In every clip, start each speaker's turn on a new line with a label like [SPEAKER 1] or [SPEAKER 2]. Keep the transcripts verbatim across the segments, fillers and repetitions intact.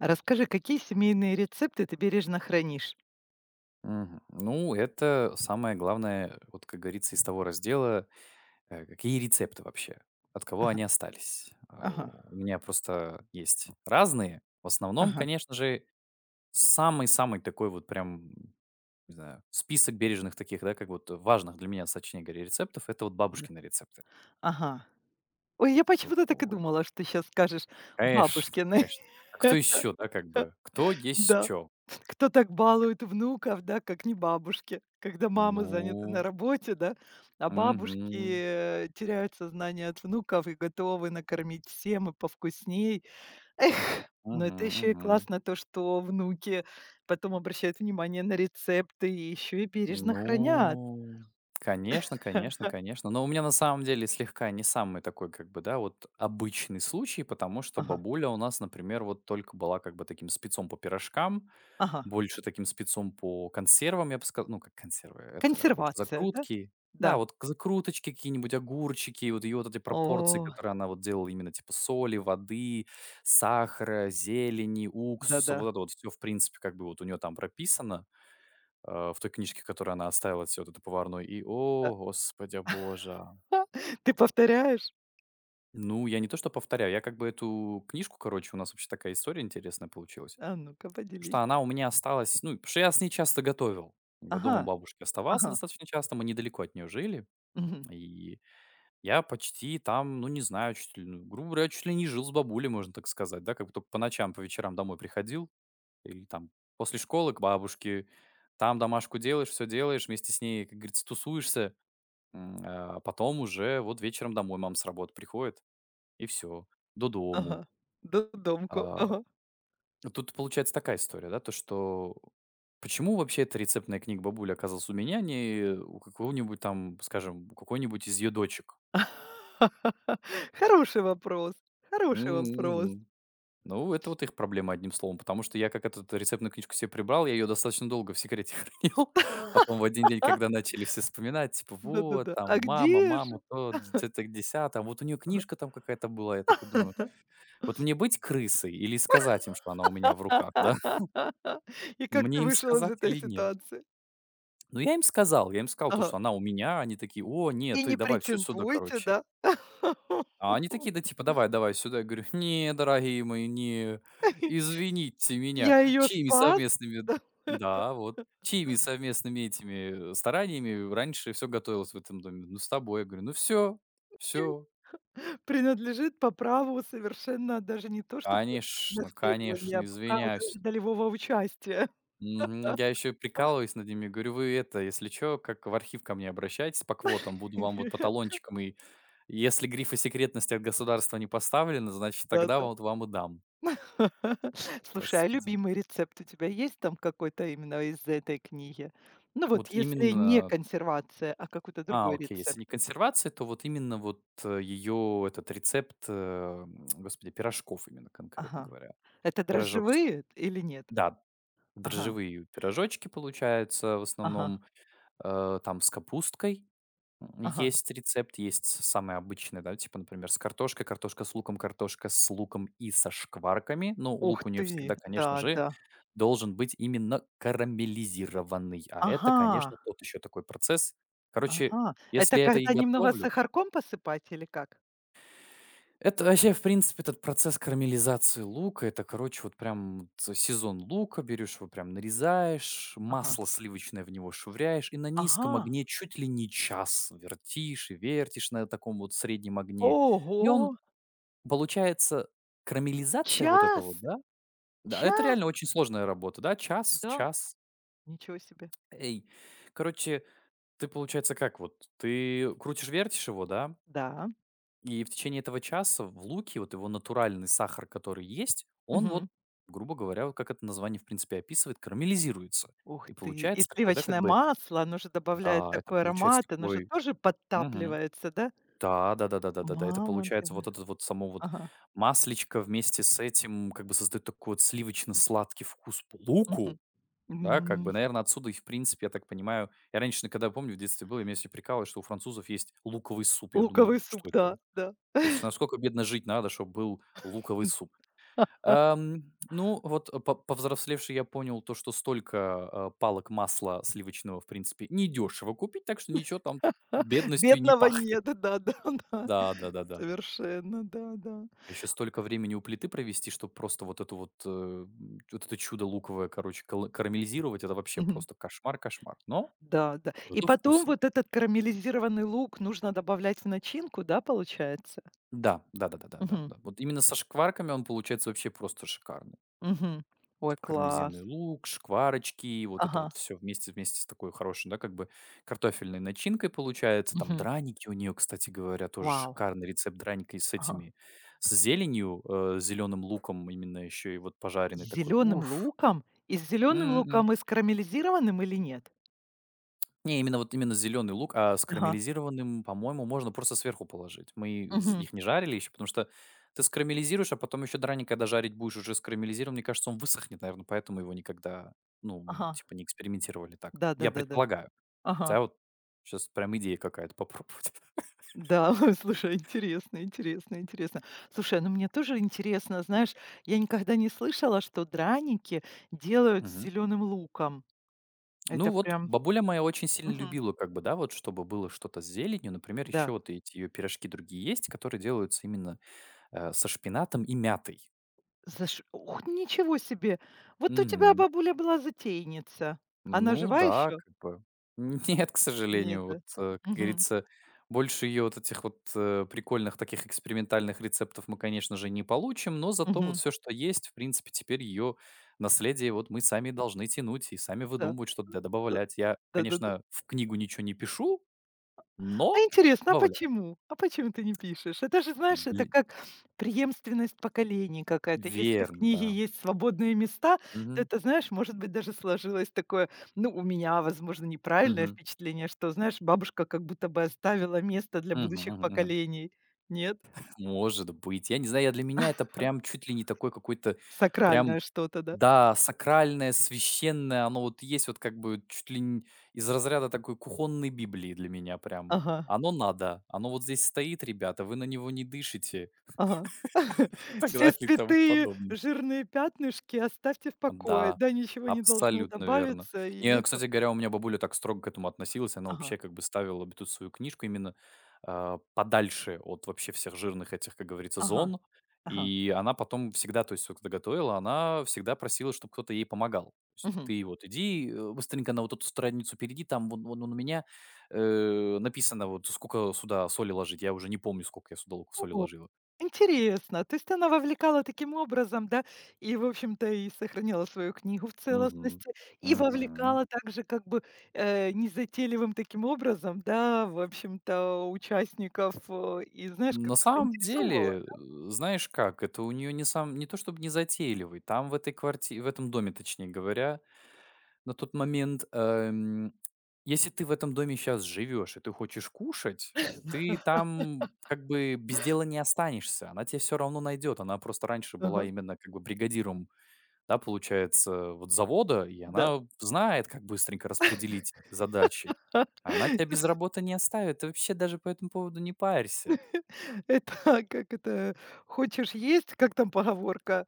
[SPEAKER 1] Расскажи, какие семейные рецепты ты бережно хранишь?
[SPEAKER 2] Мгм. Ну, это самое главное, вот как говорится, из того раздела, э, какие рецепты вообще, от кого
[SPEAKER 1] Ага,
[SPEAKER 2] они остались. А,
[SPEAKER 1] ага,
[SPEAKER 2] У меня просто есть разные. В основном,
[SPEAKER 1] ага,
[SPEAKER 2] конечно же, самый-самый такой вот прям, не знаю, список бережных таких, да, как вот важных для меня, сочнее говоря, рецептов, это вот
[SPEAKER 1] да,
[SPEAKER 2] бабушкины рецепты.
[SPEAKER 1] ага. Ой, я почему-то так и
[SPEAKER 2] Вот.
[SPEAKER 1] думала, что сейчас скажешь
[SPEAKER 2] Конечно,
[SPEAKER 1] бабушкины.
[SPEAKER 2] конечно. А кто еще, да, как бы? Кто есть
[SPEAKER 1] Да.
[SPEAKER 2] что?
[SPEAKER 1] Кто так балует внуков, да, как не бабушки. Когда мамы заняты на
[SPEAKER 2] Ну,
[SPEAKER 1] работе, да, а
[SPEAKER 2] угу,
[SPEAKER 1] бабушки, э, теряют сознание от внуков и готовы накормить всем и повкусней. Эх, но
[SPEAKER 2] угу,
[SPEAKER 1] это еще и
[SPEAKER 2] угу.
[SPEAKER 1] классно то, что внуки потом обращают внимание на рецепты и еще и бережно хранят.
[SPEAKER 2] Ну, конечно, конечно, конечно. Но у меня на самом деле слегка не самый такой, как бы, да, вот обычный случай, потому что
[SPEAKER 1] Ага.
[SPEAKER 2] бабуля у нас, например, вот только была как бы таким спецом по пирожкам,
[SPEAKER 1] Ага.
[SPEAKER 2] больше таким спецом по консервам, я бы сказал. Ну, как консервы, это больше
[SPEAKER 1] Консервация, да?
[SPEAKER 2] закрутки. Да,
[SPEAKER 1] Да.
[SPEAKER 2] вот к- закруточки какие-нибудь, огурчики, вот ее вот эти пропорции,
[SPEAKER 1] О,
[SPEAKER 2] которые она вот делала именно типа соли, воды, сахара, зелени, уксуса,
[SPEAKER 1] да-да.
[SPEAKER 2] вот это вот все, в принципе, как бы вот у нее там прописано э, в той книжке, которую она оставила, все вот эту поварную. И,
[SPEAKER 1] Э,
[SPEAKER 2] о, господи боже!
[SPEAKER 1] а, ты повторяешь?
[SPEAKER 2] Ну, я не то что повторяю, я как бы эту книжку, короче, у нас вообще такая история интересная получилась,
[SPEAKER 1] А ну-ка,
[SPEAKER 2] потому
[SPEAKER 1] поделись.
[SPEAKER 2] что она у меня осталась, ну, потому что я с ней часто готовил. Я
[SPEAKER 1] Ага,
[SPEAKER 2] дома у бабушки оставался
[SPEAKER 1] ага,
[SPEAKER 2] достаточно часто, мы недалеко от нее жили,
[SPEAKER 1] мгм,
[SPEAKER 2] и я почти там, ну, не знаю, чуть ли, ну, грубо говоря, чуть ли не жил с бабулей, можно так сказать, да, как бы только по ночам, по вечерам домой приходил или там после школы к бабушке, там домашку делаешь, все делаешь, вместе с ней, как говорится, тусуешься. М, а потом уже вот вечером домой мама с работы приходит, и все до
[SPEAKER 1] ага.
[SPEAKER 2] дому.
[SPEAKER 1] Додомку,
[SPEAKER 2] А,
[SPEAKER 1] ага.
[SPEAKER 2] Тут получается такая история, да, то что почему вообще эта рецептная книга бабули оказалась у меня, а не у какого-нибудь там, скажем, у какой-нибудь из ее дочек?
[SPEAKER 1] Хороший вопрос, хороший
[SPEAKER 2] М,
[SPEAKER 1] вопрос.
[SPEAKER 2] Ну, это вот их проблема, одним словом, потому что я как эту рецептную книжку себе прибрал, я ее достаточно долго в секрете хранил. Потом в один день, когда начали все вспоминать, типа: "Вот
[SPEAKER 1] Да-да-да.
[SPEAKER 2] там
[SPEAKER 1] А
[SPEAKER 2] мама,
[SPEAKER 1] где
[SPEAKER 2] мама,
[SPEAKER 1] же?
[SPEAKER 2] то, дец это, десятое, а вот у нее книжка там какая-то была". Я такой думаю: вот мне быть крысой или сказать им, что она у меня в руках, да?
[SPEAKER 1] И как
[SPEAKER 2] Мне
[SPEAKER 1] ты
[SPEAKER 2] им
[SPEAKER 1] вышел из
[SPEAKER 2] сказать
[SPEAKER 1] этой
[SPEAKER 2] или нет?
[SPEAKER 1] ситуации?
[SPEAKER 2] Ну, я им сказал. Я им сказал то,
[SPEAKER 1] Ага.
[SPEAKER 2] что она у меня. Они такие: "О, нет,
[SPEAKER 1] И
[SPEAKER 2] ты
[SPEAKER 1] не
[SPEAKER 2] давай все сюда,
[SPEAKER 1] претендуйте,
[SPEAKER 2] короче".
[SPEAKER 1] да?
[SPEAKER 2] А они такие, да, типа: "Давай, давай сюда". Я говорю: "Не, дорогие мои, не, извините меня".
[SPEAKER 1] Я ее
[SPEAKER 2] Чьими
[SPEAKER 1] спас.
[SPEAKER 2] совместными да, вот. Чьими совместными этими, э, стараниями раньше все готовилось в этом доме? Ну, с тобой. Я говорю: "Ну все, все.
[SPEAKER 1] Принадлежит по праву совершенно даже не то чтобы
[SPEAKER 2] Конечно, конечно,
[SPEAKER 1] наследования, а по праву
[SPEAKER 2] извиняюсь.
[SPEAKER 1] даже долевого участия.
[SPEAKER 2] Мгм. Я еще прикалываюсь над ними, говорю: "Вы это, если что, как в архив ко мне обращайтесь по квотам, буду вам вот по талончикам, и если грифы секретности от государства не поставлены, значит, тогда
[SPEAKER 1] Да-да.
[SPEAKER 2] вот вам и дам".
[SPEAKER 1] Слушай, а
[SPEAKER 2] Господи.
[SPEAKER 1] любимый рецепт у тебя есть там какой-то именно из этой книги? Ну вот,
[SPEAKER 2] Вот
[SPEAKER 1] если не
[SPEAKER 2] именно
[SPEAKER 1] консервация, а какой-то
[SPEAKER 2] а,
[SPEAKER 1] другой
[SPEAKER 2] окей, если
[SPEAKER 1] рецепт.
[SPEAKER 2] не консервация, то вот именно вот, э, ее этот рецепт, э, м, господи, пирожков именно конкретно
[SPEAKER 1] Ага.
[SPEAKER 2] говоря.
[SPEAKER 1] Это
[SPEAKER 2] Пирожок с кап
[SPEAKER 1] дрожжевые или нет?
[SPEAKER 2] да,
[SPEAKER 1] Ага,
[SPEAKER 2] дрожжевые пирожочки получаются в
[SPEAKER 1] ага,
[SPEAKER 2] основном, э, там с капусткой. М,
[SPEAKER 1] ага.
[SPEAKER 2] есть рецепт, есть с самый обычный, да, типа, например, с картошкой, картошка с луком, картошка с луком и со шкварками. Ну,
[SPEAKER 1] Ух
[SPEAKER 2] лук у нее
[SPEAKER 1] ты,
[SPEAKER 2] всегда, конечно
[SPEAKER 1] да,
[SPEAKER 2] же,
[SPEAKER 1] да.
[SPEAKER 2] должен быть именно карамелизированный, а это, конечно,
[SPEAKER 1] Ага,
[SPEAKER 2] тот еще такой процесс. Короче,
[SPEAKER 1] ага. Это
[SPEAKER 2] если я это и
[SPEAKER 1] когда немного
[SPEAKER 2] готовлю,
[SPEAKER 1] сахарком посыпать или как?
[SPEAKER 2] это вообще, в принципе, этот процесс карамелизации лука, это, короче, вот прям ц- сезон лука, берешь его прям нарезаешь,
[SPEAKER 1] Ага,
[SPEAKER 2] масло сливочное в него швыряешь, и на
[SPEAKER 1] ага.
[SPEAKER 2] низком огне чуть ли не час вертишь и вертишь на таком вот среднем огне. И он,
[SPEAKER 1] Ого!
[SPEAKER 2] получается, карамелизация вот
[SPEAKER 1] Час?
[SPEAKER 2] этого, вот, да? Да, это
[SPEAKER 1] Час?
[SPEAKER 2] реально очень сложная работа, да? Час,
[SPEAKER 1] Да?
[SPEAKER 2] час.
[SPEAKER 1] Ничего себе.
[SPEAKER 2] Эй, короче, ты, получается, как вот? Ты крутишь-вертишь его, да?
[SPEAKER 1] Да.
[SPEAKER 2] И в течение этого часа в луке вот его натуральный сахар, который есть, он вот,
[SPEAKER 1] Мгм.
[SPEAKER 2] грубо говоря, вот как это название в принципе описывает, карамелизируется.
[SPEAKER 1] Ух
[SPEAKER 2] И
[SPEAKER 1] ты. И
[SPEAKER 2] получается такой, да, как
[SPEAKER 1] сливочное
[SPEAKER 2] бы,
[SPEAKER 1] масло, оно же добавляет
[SPEAKER 2] да, это
[SPEAKER 1] такой
[SPEAKER 2] получается
[SPEAKER 1] аромат, оно же
[SPEAKER 2] такой,
[SPEAKER 1] тоже
[SPEAKER 2] мгм.
[SPEAKER 1] подтапливается, да?
[SPEAKER 2] Да, да-да-да-да-да-да, это
[SPEAKER 1] Мама
[SPEAKER 2] получается вот
[SPEAKER 1] дорогая.
[SPEAKER 2] это вот само вот
[SPEAKER 1] Ага.
[SPEAKER 2] масличко вместе с этим как бы создает такой вот сливочно-сладкий вкус по луку,
[SPEAKER 1] Мгм.
[SPEAKER 2] да, как бы,
[SPEAKER 1] М.
[SPEAKER 2] наверное, отсюда и в принципе, я так понимаю, я раньше, когда помню, в детстве был, я меня все прикалывали, что у французов есть луковый суп. Я думал,
[SPEAKER 1] Луковый суп,
[SPEAKER 2] что
[SPEAKER 1] да,
[SPEAKER 2] это
[SPEAKER 1] да.
[SPEAKER 2] это ж насколько бедно жить надо, чтобы был луковый суп. Ам, ну, вот э, по повзрослевший я понял то, что столько, а, палок масла сливочного, в принципе, недешево купить, так что ничего там бедностью и не
[SPEAKER 1] Бедного
[SPEAKER 2] пахнет.
[SPEAKER 1] нет, да-да-да.
[SPEAKER 2] Да, да-да-да.
[SPEAKER 1] Совершенно, да-да.
[SPEAKER 2] А еще столько времени у плиты провести, чтобы просто вот эту вот, э, м, вот это чудо луковое, короче, кала карамелизировать — это вообще
[SPEAKER 1] Мгм.
[SPEAKER 2] просто кошмар, кошмар. Но
[SPEAKER 1] Да-да. И
[SPEAKER 2] зато
[SPEAKER 1] потом
[SPEAKER 2] вкусно.
[SPEAKER 1] вот этот карамелизированный лук нужно добавлять в начинку, да, получается?
[SPEAKER 2] Да, да-да-да-да-да.
[SPEAKER 1] Мгм.
[SPEAKER 2] Вот именно со шкварками он получается вообще просто шикарный.
[SPEAKER 1] Мгм. Ой,
[SPEAKER 2] Типа карамелизированный
[SPEAKER 1] класс.
[SPEAKER 2] лук, шкварочки, вот это вот
[SPEAKER 1] Ага.
[SPEAKER 2] все вместе вместе с такой хорошей, да, как бы картофельной начинкой получается. Там
[SPEAKER 1] Мгм.
[SPEAKER 2] драники у нее, кстати говоря, тоже
[SPEAKER 1] Вау.
[SPEAKER 2] шикарный рецепт драника и с
[SPEAKER 1] Ага.
[SPEAKER 2] этими, с зеленью, э, зеленым луком именно еще и вот
[SPEAKER 1] С
[SPEAKER 2] пожаренный такой.
[SPEAKER 1] зеленым
[SPEAKER 2] Уф!
[SPEAKER 1] луком? И с зеленым
[SPEAKER 2] М-м-м.
[SPEAKER 1] луком, и с карамелизированным или нет?
[SPEAKER 2] Не, именно вот именно зеленый лук, а с
[SPEAKER 1] Ага.
[SPEAKER 2] карамелизированным, по-моему, можно просто сверху положить. Мы з-
[SPEAKER 1] Мгм.
[SPEAKER 2] их не жарили еще, потому что ты скарамелизируешь, а потом еще драник, когда жарить будешь уже скарамелизирован, мне кажется, он высохнет, наверное, поэтому его никогда, ну, мы
[SPEAKER 1] Ага.
[SPEAKER 2] типа не экспериментировали так. Я
[SPEAKER 1] Да-да-да-да.
[SPEAKER 2] предполагаю.
[SPEAKER 1] Ага.
[SPEAKER 2] Хотя вот сейчас прям идея какая-то попробовать.
[SPEAKER 1] Да, слушай, интересно, интересно, интересно. Слушай, ну мне тоже интересно, знаешь, я никогда не слышала, что драники делают с
[SPEAKER 2] Мгм.
[SPEAKER 1] зеленым луком.
[SPEAKER 2] Ну
[SPEAKER 1] Это
[SPEAKER 2] вот
[SPEAKER 1] прям.
[SPEAKER 2] бабуля моя очень сильно
[SPEAKER 1] Мгм.
[SPEAKER 2] любила, как бы, да, вот чтобы было что-то с зеленью. Например, еще
[SPEAKER 1] Да.
[SPEAKER 2] вот эти ее пирожки другие есть, которые делаются именно э, со шпинатом и мятой.
[SPEAKER 1] Заш Ух, ничего себе! Вот у тебя
[SPEAKER 2] Мгм.
[SPEAKER 1] бабуля была затейница. Она
[SPEAKER 2] Ну
[SPEAKER 1] жива
[SPEAKER 2] да,
[SPEAKER 1] еще?
[SPEAKER 2] как бы. Нет, к
[SPEAKER 1] Нет,
[SPEAKER 2] сожалению, вот,
[SPEAKER 1] да.
[SPEAKER 2] э, как
[SPEAKER 1] Мгм.
[SPEAKER 2] говорится, больше ее вот этих вот, э, прикольных таких экспериментальных рецептов мы, конечно же, не получим, но зато вот
[SPEAKER 1] Мгм.
[SPEAKER 2] все, что есть, в принципе, теперь ее наследие вот мы сами должны тянуть и сами
[SPEAKER 1] Да,
[SPEAKER 2] выдумывать что-то, да,
[SPEAKER 1] э,
[SPEAKER 2] добавлять. Я,
[SPEAKER 1] да-да-да.
[SPEAKER 2] конечно, в книгу ничего не пишу,
[SPEAKER 1] А
[SPEAKER 2] но
[SPEAKER 1] интересно, а
[SPEAKER 2] добавляю.
[SPEAKER 1] почему? А почему ты не пишешь? Это же, знаешь, это
[SPEAKER 2] Ли
[SPEAKER 1] как преемственность поколений какая-то. Если в
[SPEAKER 2] верно,
[SPEAKER 1] книге
[SPEAKER 2] да.
[SPEAKER 1] есть свободные места, то
[SPEAKER 2] Мгм.
[SPEAKER 1] это, знаешь, может быть, даже сложилось такое, ну, у меня, возможно, неправильное
[SPEAKER 2] Мгм.
[SPEAKER 1] впечатление, что, знаешь, бабушка как будто бы оставила место для
[SPEAKER 2] Мгм
[SPEAKER 1] будущих
[SPEAKER 2] мгм мгм.
[SPEAKER 1] поколений. Нет?
[SPEAKER 2] Может быть. Я не знаю, я для меня это
[SPEAKER 1] Ха.
[SPEAKER 2] прям чуть ли не такой какой-то прям
[SPEAKER 1] Сакральное что-то, да?
[SPEAKER 2] да, сакральное, священное, оно вот есть вот как бы чуть ли не из разряда такой кухонной библии для меня прям.
[SPEAKER 1] Ага.
[SPEAKER 2] Оно надо, оно вот здесь стоит, ребята, вы на него не дышите,
[SPEAKER 1] Ага.
[SPEAKER 2] и так
[SPEAKER 1] Все
[SPEAKER 2] далее и тому
[SPEAKER 1] святые
[SPEAKER 2] подобное.
[SPEAKER 1] жирные пятнышки оставьте в покое,
[SPEAKER 2] Да,
[SPEAKER 1] да, ничего не должно
[SPEAKER 2] абсолютно верно.
[SPEAKER 1] добавиться
[SPEAKER 2] Не,
[SPEAKER 1] и
[SPEAKER 2] кстати говоря, у меня бабуля так строго к этому относилась. Она
[SPEAKER 1] Ага,
[SPEAKER 2] вообще как бы ставила бы тут свою книжку именно а, подальше от вообще всех жирных этих, как говорится,
[SPEAKER 1] ага,
[SPEAKER 2] зон.
[SPEAKER 1] ага.
[SPEAKER 2] И она потом всегда, то есть, вот когда готовила, она всегда просила, чтобы кто-то ей помогал. То есть
[SPEAKER 1] Мгм.
[SPEAKER 2] ты вот иди э, быстренько на вот эту страницу перейди, там вон, вон у меня э, написано вот сколько сюда соли ложить. Я уже не помню, сколько я сюда соли
[SPEAKER 1] О,
[SPEAKER 2] ложила.
[SPEAKER 1] интересно. То есть она вовлекала таким образом, да, и, в общем-то, и сохраняла свою книгу в целостности, и
[SPEAKER 2] Угу.
[SPEAKER 1] вовлекала также как бы, э, незатейливым таким образом, да, в общем-то, участников, э, и, знаешь, как
[SPEAKER 2] На
[SPEAKER 1] бы
[SPEAKER 2] самом
[SPEAKER 1] заинтересовала.
[SPEAKER 2] деле, э, знаешь как, это у нее не сам не то чтобы не незатейливый, там в этой кварти в этом доме, точнее говоря, на тот момент, эм, если ты в этом доме сейчас живешь и ты хочешь кушать, ты там как бы без дела не останешься. Она тебя все равно найдет. Она просто раньше была
[SPEAKER 1] Ага,
[SPEAKER 2] именно как бы бригадиром, да, получается, вот завода, и
[SPEAKER 1] да.
[SPEAKER 2] она знает, как быстренько распределить задачи. Она тебя без работы не оставит. Ты вообще даже по этому поводу не парься.
[SPEAKER 1] Это как это? "Хочешь есть?" Как там поговорка?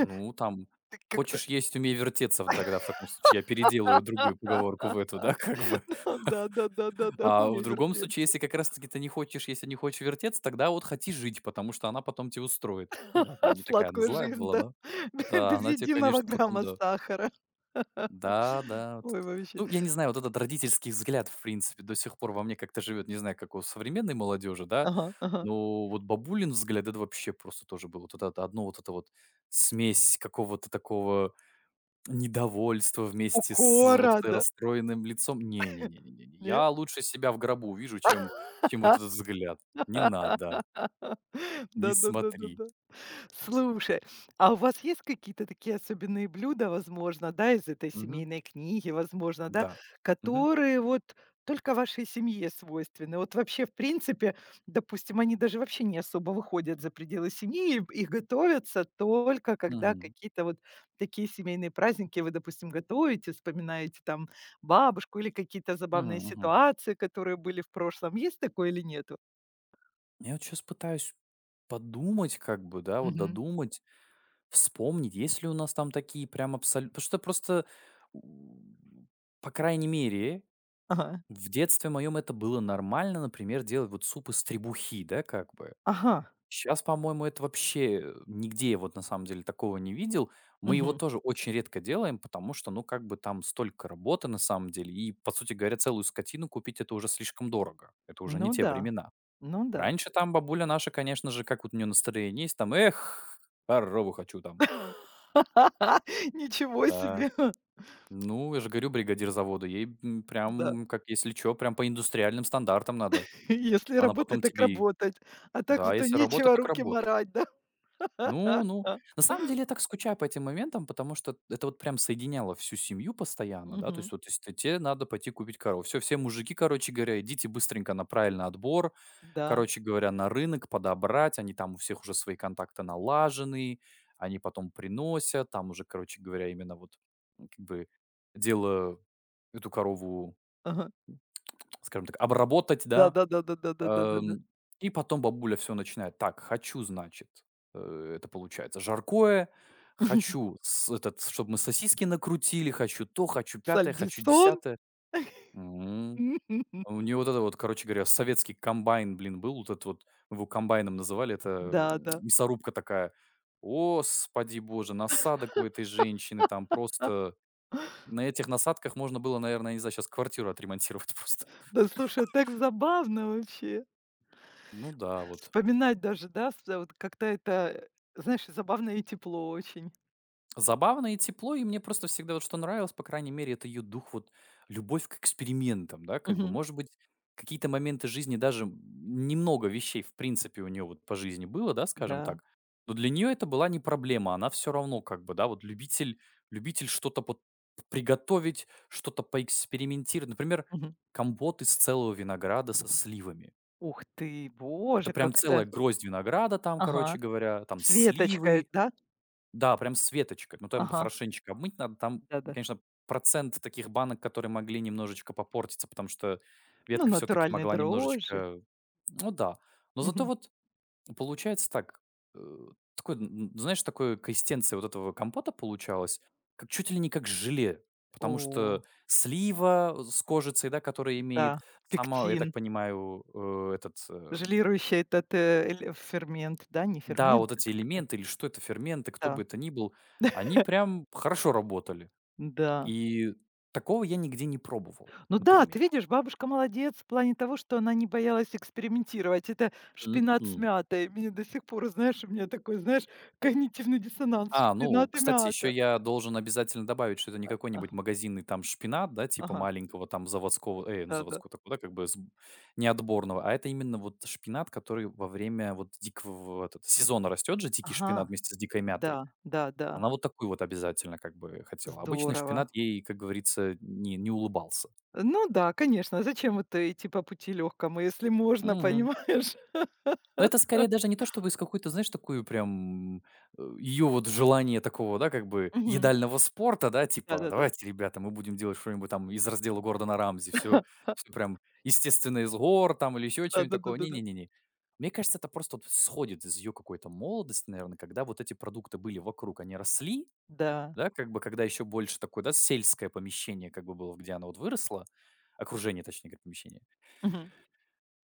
[SPEAKER 2] Ну, там:
[SPEAKER 1] Ты как-то.
[SPEAKER 2] "Хочешь есть — умей вертеться". В тогда в таком случае я переделаю другую поговорку в эту, да, как бы.
[SPEAKER 1] Да, да, да, да, да,
[SPEAKER 2] А в
[SPEAKER 1] умей
[SPEAKER 2] другом случае,
[SPEAKER 1] вертеться.
[SPEAKER 2] если как раз таки ты не хочешь, если не хочешь вертеться, тогда вот хоти жить, потому что она потом тебя устроит. Ну ладно, не такая она
[SPEAKER 1] Сладкую
[SPEAKER 2] злая
[SPEAKER 1] жизнь,
[SPEAKER 2] была,
[SPEAKER 1] да,
[SPEAKER 2] но да,
[SPEAKER 1] без
[SPEAKER 2] она те,
[SPEAKER 1] единого
[SPEAKER 2] конечно, потом,
[SPEAKER 1] грамма
[SPEAKER 2] да.
[SPEAKER 1] сахара.
[SPEAKER 2] Да, да, вот
[SPEAKER 1] Ой,
[SPEAKER 2] это.
[SPEAKER 1] вообще.
[SPEAKER 2] Ну, я не знаю, вот этот родительский взгляд, в принципе, до сих пор во мне как-то живет. Не знаю, как у современной молодежи, да,
[SPEAKER 1] Ага, ага.
[SPEAKER 2] но вот бабулин взгляд — это вообще просто тоже было. Вот это это одно вот это вот смесь какого-то такого недовольство вместе с вот
[SPEAKER 1] Укора,
[SPEAKER 2] этой
[SPEAKER 1] да?
[SPEAKER 2] расстроенным лицом. Не не не не не
[SPEAKER 1] Не?
[SPEAKER 2] я лучше себя в гробу вижу, чем чем вот этот взгляд. Не надо, не смотри.
[SPEAKER 1] Да-да-да-да-да. Слушай, а у вас есть какие-то такие особенные блюда, возможно, да, из этой
[SPEAKER 2] Мгм.
[SPEAKER 1] семейной книги, возможно, да,
[SPEAKER 2] Да. Мгм.
[SPEAKER 1] которые вот только вашей семье свойственны? Вот вообще, в принципе, допустим, они даже вообще не особо выходят за пределы семьи и, и готовятся только когда
[SPEAKER 2] Мгм.
[SPEAKER 1] какие-то вот такие семейные праздники вы, допустим, готовите, вспоминаете там бабушку или какие-то
[SPEAKER 2] Мгм
[SPEAKER 1] забавные
[SPEAKER 2] мгм.
[SPEAKER 1] ситуации, которые были в прошлом. Есть такое или нету?
[SPEAKER 2] Я вот сейчас пытаюсь подумать, как бы, да, вот
[SPEAKER 1] Мгм.
[SPEAKER 2] додумать, вспомнить, есть ли у нас там такие прям абсолютно, потому что просто, м, по крайней мере,
[SPEAKER 1] Ага.
[SPEAKER 2] в детстве моем это было нормально, например, делать вот суп из требухи, да, как бы.
[SPEAKER 1] Ага,
[SPEAKER 2] Сейчас, по-моему, это вообще, э, нигде вот на самом деле такого не видел. Мы его
[SPEAKER 1] мгм.
[SPEAKER 2] тоже очень редко делаем, потому что, ну, как бы там столько работы на самом деле, и, по сути говоря, целую скотину купить — это уже слишком дорого. Это уже не
[SPEAKER 1] Ну
[SPEAKER 2] те
[SPEAKER 1] да,
[SPEAKER 2] времена.
[SPEAKER 1] ну да.
[SPEAKER 2] Раньше там бабуля наша, конечно же, как вот у нее настроение есть, там: "Эх, корову хочу там".
[SPEAKER 1] Ничего
[SPEAKER 2] Да.
[SPEAKER 1] себе!
[SPEAKER 2] Ну, я же говорю, бригадир завода, ей, м,
[SPEAKER 1] Да.
[SPEAKER 2] прям, как если чё, прям по индустриальным стандартам надо.
[SPEAKER 1] Если
[SPEAKER 2] Она
[SPEAKER 1] работать,
[SPEAKER 2] потом
[SPEAKER 1] так
[SPEAKER 2] тебе и
[SPEAKER 1] работать. А так
[SPEAKER 2] да,
[SPEAKER 1] вот и
[SPEAKER 2] если работа,
[SPEAKER 1] нечего
[SPEAKER 2] так
[SPEAKER 1] руки
[SPEAKER 2] работа.
[SPEAKER 1] марать, да?
[SPEAKER 2] Ну, ну, на самом деле я так скучаю по этим моментам, потому что это вот прям соединяло всю семью постоянно, да, то
[SPEAKER 1] Мгм.
[SPEAKER 2] есть вот если те надо пойти купить корову. Все, все мужики, короче говоря, идите быстренько на правильный отбор,
[SPEAKER 1] Да.
[SPEAKER 2] короче говоря, на рынок подобрать, они там у всех уже свои контакты налажены, они потом приносят, там уже, короче говоря, именно вот м, как бы дело эту корову,
[SPEAKER 1] Ага.
[SPEAKER 2] скажем так, обработать, да.
[SPEAKER 1] Да-да-да-да-да-да-да-да-да.
[SPEAKER 2] Эм, и потом бабуля все начинает: "Так, хочу, значит, э, это получается жаркое, хочу с этот, чтобы мы сосиски накрутили, хочу то, хочу пятое, хочу
[SPEAKER 1] Сальдисон.
[SPEAKER 2] десятое". М. а У нее вот это вот, короче говоря, советский комбайн, блин, был. Вот этот вот, мы его комбайном называли. Это,
[SPEAKER 1] Да,
[SPEAKER 2] м,
[SPEAKER 1] да.
[SPEAKER 2] мясорубка такая. Господи боже, насадок у этой женщины там просто. На этих насадках можно было, наверное, не знаю, сейчас квартиру отремонтировать просто.
[SPEAKER 1] Да, слушай, так забавно вообще.
[SPEAKER 2] Ну да, вот.
[SPEAKER 1] Вспоминать даже, да, с вот как-то это, э, знаешь, забавно и тепло очень.
[SPEAKER 2] Забавно и тепло, и мне просто всегда вот что нравилось, по крайней мере, это ее дух, вот любовь к экспериментам, да, как бы,
[SPEAKER 1] Мгм.
[SPEAKER 2] может быть, какие-то моменты жизни, даже немного вещей, в принципе, у нее вот по жизни было, да, скажем
[SPEAKER 1] Да.
[SPEAKER 2] так, но для нее это была не проблема, она все равно как бы, да, вот любитель, любитель что-то вот приготовить, что-то поэкспериментировать, например,
[SPEAKER 1] Мгм.
[SPEAKER 2] компот из целого винограда со сливами.
[SPEAKER 1] Ух ты,
[SPEAKER 2] Это
[SPEAKER 1] боже,
[SPEAKER 2] прям
[SPEAKER 1] как
[SPEAKER 2] целая
[SPEAKER 1] это.
[SPEAKER 2] гроздь винограда там, короче
[SPEAKER 1] Ага.
[SPEAKER 2] говоря, там
[SPEAKER 1] С веточкой,
[SPEAKER 2] сливы,
[SPEAKER 1] да?
[SPEAKER 2] да, прям с веточкой. Ну, там
[SPEAKER 1] Ага.
[SPEAKER 2] хорошенечко обмыть надо. Там,
[SPEAKER 1] Да-да.
[SPEAKER 2] конечно, процент таких банок, которые могли немножечко попортиться, потому что
[SPEAKER 1] Ну,
[SPEAKER 2] ветка все-таки
[SPEAKER 1] натуральные
[SPEAKER 2] могла
[SPEAKER 1] дрожжи.
[SPEAKER 2] немножечко... Ну да. Но зато
[SPEAKER 1] Мгм.
[SPEAKER 2] вот получается так. э, Такой, н- знаешь, такой консистенция вот этого компота получалось, как чуть ли не как желе. Потому
[SPEAKER 1] О,
[SPEAKER 2] что слива э, с кожицей, да, которая
[SPEAKER 1] да,
[SPEAKER 2] имеет, сама, я так
[SPEAKER 1] пектин.
[SPEAKER 2] понимаю, э, этот, э,
[SPEAKER 1] Желирующий этот, э, эль фермент, да, не
[SPEAKER 2] да,
[SPEAKER 1] фермент,
[SPEAKER 2] вот
[SPEAKER 1] а
[SPEAKER 2] эти
[SPEAKER 1] как-то.
[SPEAKER 2] элементы или что это, ферменты, кто бы
[SPEAKER 1] Да,
[SPEAKER 2] это ни был, они прям хорошо работали.
[SPEAKER 1] да.
[SPEAKER 2] И такого я нигде не пробовал,
[SPEAKER 1] Ну да,
[SPEAKER 2] например.
[SPEAKER 1] ты видишь, бабушка молодец в плане того, что она не боялась экспериментировать. Это шпинат с
[SPEAKER 2] М-м.
[SPEAKER 1] мятой. Мне до сих пор, знаешь, у меня такой, знаешь, когнитивный диссонанс:
[SPEAKER 2] А, ну,
[SPEAKER 1] шпинат и
[SPEAKER 2] кстати, еще
[SPEAKER 1] мята.
[SPEAKER 2] я должен обязательно добавить, что это не
[SPEAKER 1] А,
[SPEAKER 2] какой-нибудь
[SPEAKER 1] ага,
[SPEAKER 2] магазинный там шпинат, да, типа
[SPEAKER 1] ага,
[SPEAKER 2] маленького там заводского, э, ну,
[SPEAKER 1] да-да.
[SPEAKER 2] заводского такого, да, как бы с- не отборного, а это именно вот шпинат, который во время вот дикого вот это- сезона растет же дикий
[SPEAKER 1] Ага,
[SPEAKER 2] шпинат вместе с дикой
[SPEAKER 1] да,
[SPEAKER 2] мятой.
[SPEAKER 1] да-да.
[SPEAKER 2] Она вот такую вот обязательно как бы хотела. Обычный шпинат
[SPEAKER 1] Здорово.
[SPEAKER 2] ей, как говорится, не, не улыбался.
[SPEAKER 1] Ну да, конечно, зачем это идти по пути легкому, если можно,
[SPEAKER 2] Мгм.
[SPEAKER 1] понимаешь?
[SPEAKER 2] Но это скорее даже не то, чтобы из какой-то, знаешь, такую прям, э, ее вот желание такого, да, как бы
[SPEAKER 1] Мгм.
[SPEAKER 2] едального спорта, да, типа:
[SPEAKER 1] Да-да-да.
[SPEAKER 2] "Давайте, ребята, мы будем делать что-нибудь там из раздела Гордона Рамзи, все всё прям естественно из гор там" или еще чего нибудь такого.
[SPEAKER 1] Да-да-да-да-да.
[SPEAKER 2] Не-не-не-не. Мне кажется, это просто вот сходит из ее какой-то молодости, наверное, когда вот эти продукты были вокруг, они росли,
[SPEAKER 1] Да.
[SPEAKER 2] да, как бы, когда еще больше такое, да, сельское помещение как бы было, где она вот выросла, окружение, точнее говоря, помещение.
[SPEAKER 1] Мгм.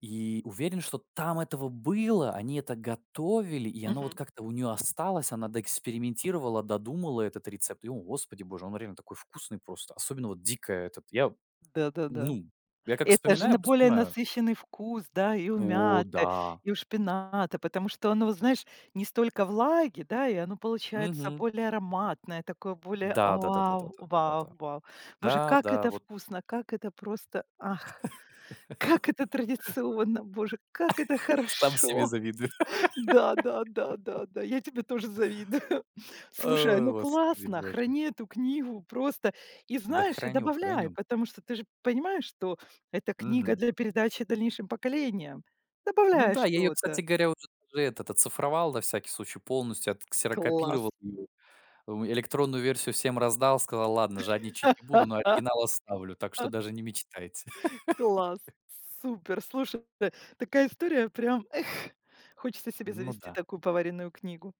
[SPEAKER 2] И уверен, что там этого было, они это готовили, и оно вот
[SPEAKER 1] Мгм.
[SPEAKER 2] как-то у нее осталось, она доэкспериментировала, додумала этот рецепт. И, о, господи боже, он реально такой вкусный просто, особенно вот дикая этот. Я,
[SPEAKER 1] Да-да-да.
[SPEAKER 2] ну, я как
[SPEAKER 1] Это же
[SPEAKER 2] вспоминаю,
[SPEAKER 1] на
[SPEAKER 2] просто
[SPEAKER 1] более
[SPEAKER 2] понимаю.
[SPEAKER 1] насыщенный вкус, да, и у
[SPEAKER 2] О,
[SPEAKER 1] мяты,
[SPEAKER 2] да.
[SPEAKER 1] и у шпината, потому что оно, знаешь, не столько влаги, да, и оно получается
[SPEAKER 2] Мгм.
[SPEAKER 1] более ароматное, такое более вау,
[SPEAKER 2] Да-да-да-да-да-да-да-да-да.
[SPEAKER 1] вау, вау. Боже, как
[SPEAKER 2] Да-да,
[SPEAKER 1] это
[SPEAKER 2] вот
[SPEAKER 1] вкусно, как это просто, ах, как это традиционно, боже, как это
[SPEAKER 2] сам себе
[SPEAKER 1] хорошо.
[SPEAKER 2] завидую.
[SPEAKER 1] Да, да, да, да, да, я тебе тоже завидую. Слушай,
[SPEAKER 2] О,
[SPEAKER 1] ну
[SPEAKER 2] господи
[SPEAKER 1] классно,
[SPEAKER 2] боже.
[SPEAKER 1] храни эту книгу просто и
[SPEAKER 2] Да
[SPEAKER 1] знаешь, и
[SPEAKER 2] храню,
[SPEAKER 1] добавляй,
[SPEAKER 2] храню.
[SPEAKER 1] потому что ты же понимаешь, что это книга
[SPEAKER 2] Мгм.
[SPEAKER 1] для передачи дальнейшим поколениям.
[SPEAKER 2] Ну
[SPEAKER 1] Добавляй
[SPEAKER 2] да, я ее, кстати
[SPEAKER 1] что-то.
[SPEAKER 2] говоря, уже даже этот оцифровал на всякий случай полностью, отксерокопировал
[SPEAKER 1] Класс.
[SPEAKER 2] её. М, электронную версию всем раздал, сказал: "Ладно, жадничать не буду, но оригинал оставлю, так что даже не мечтайте".
[SPEAKER 1] Класс. Супер. Слушай, такая история прям, эх, хочется себе
[SPEAKER 2] Ну
[SPEAKER 1] завести
[SPEAKER 2] да.
[SPEAKER 1] такую поваренную книгу.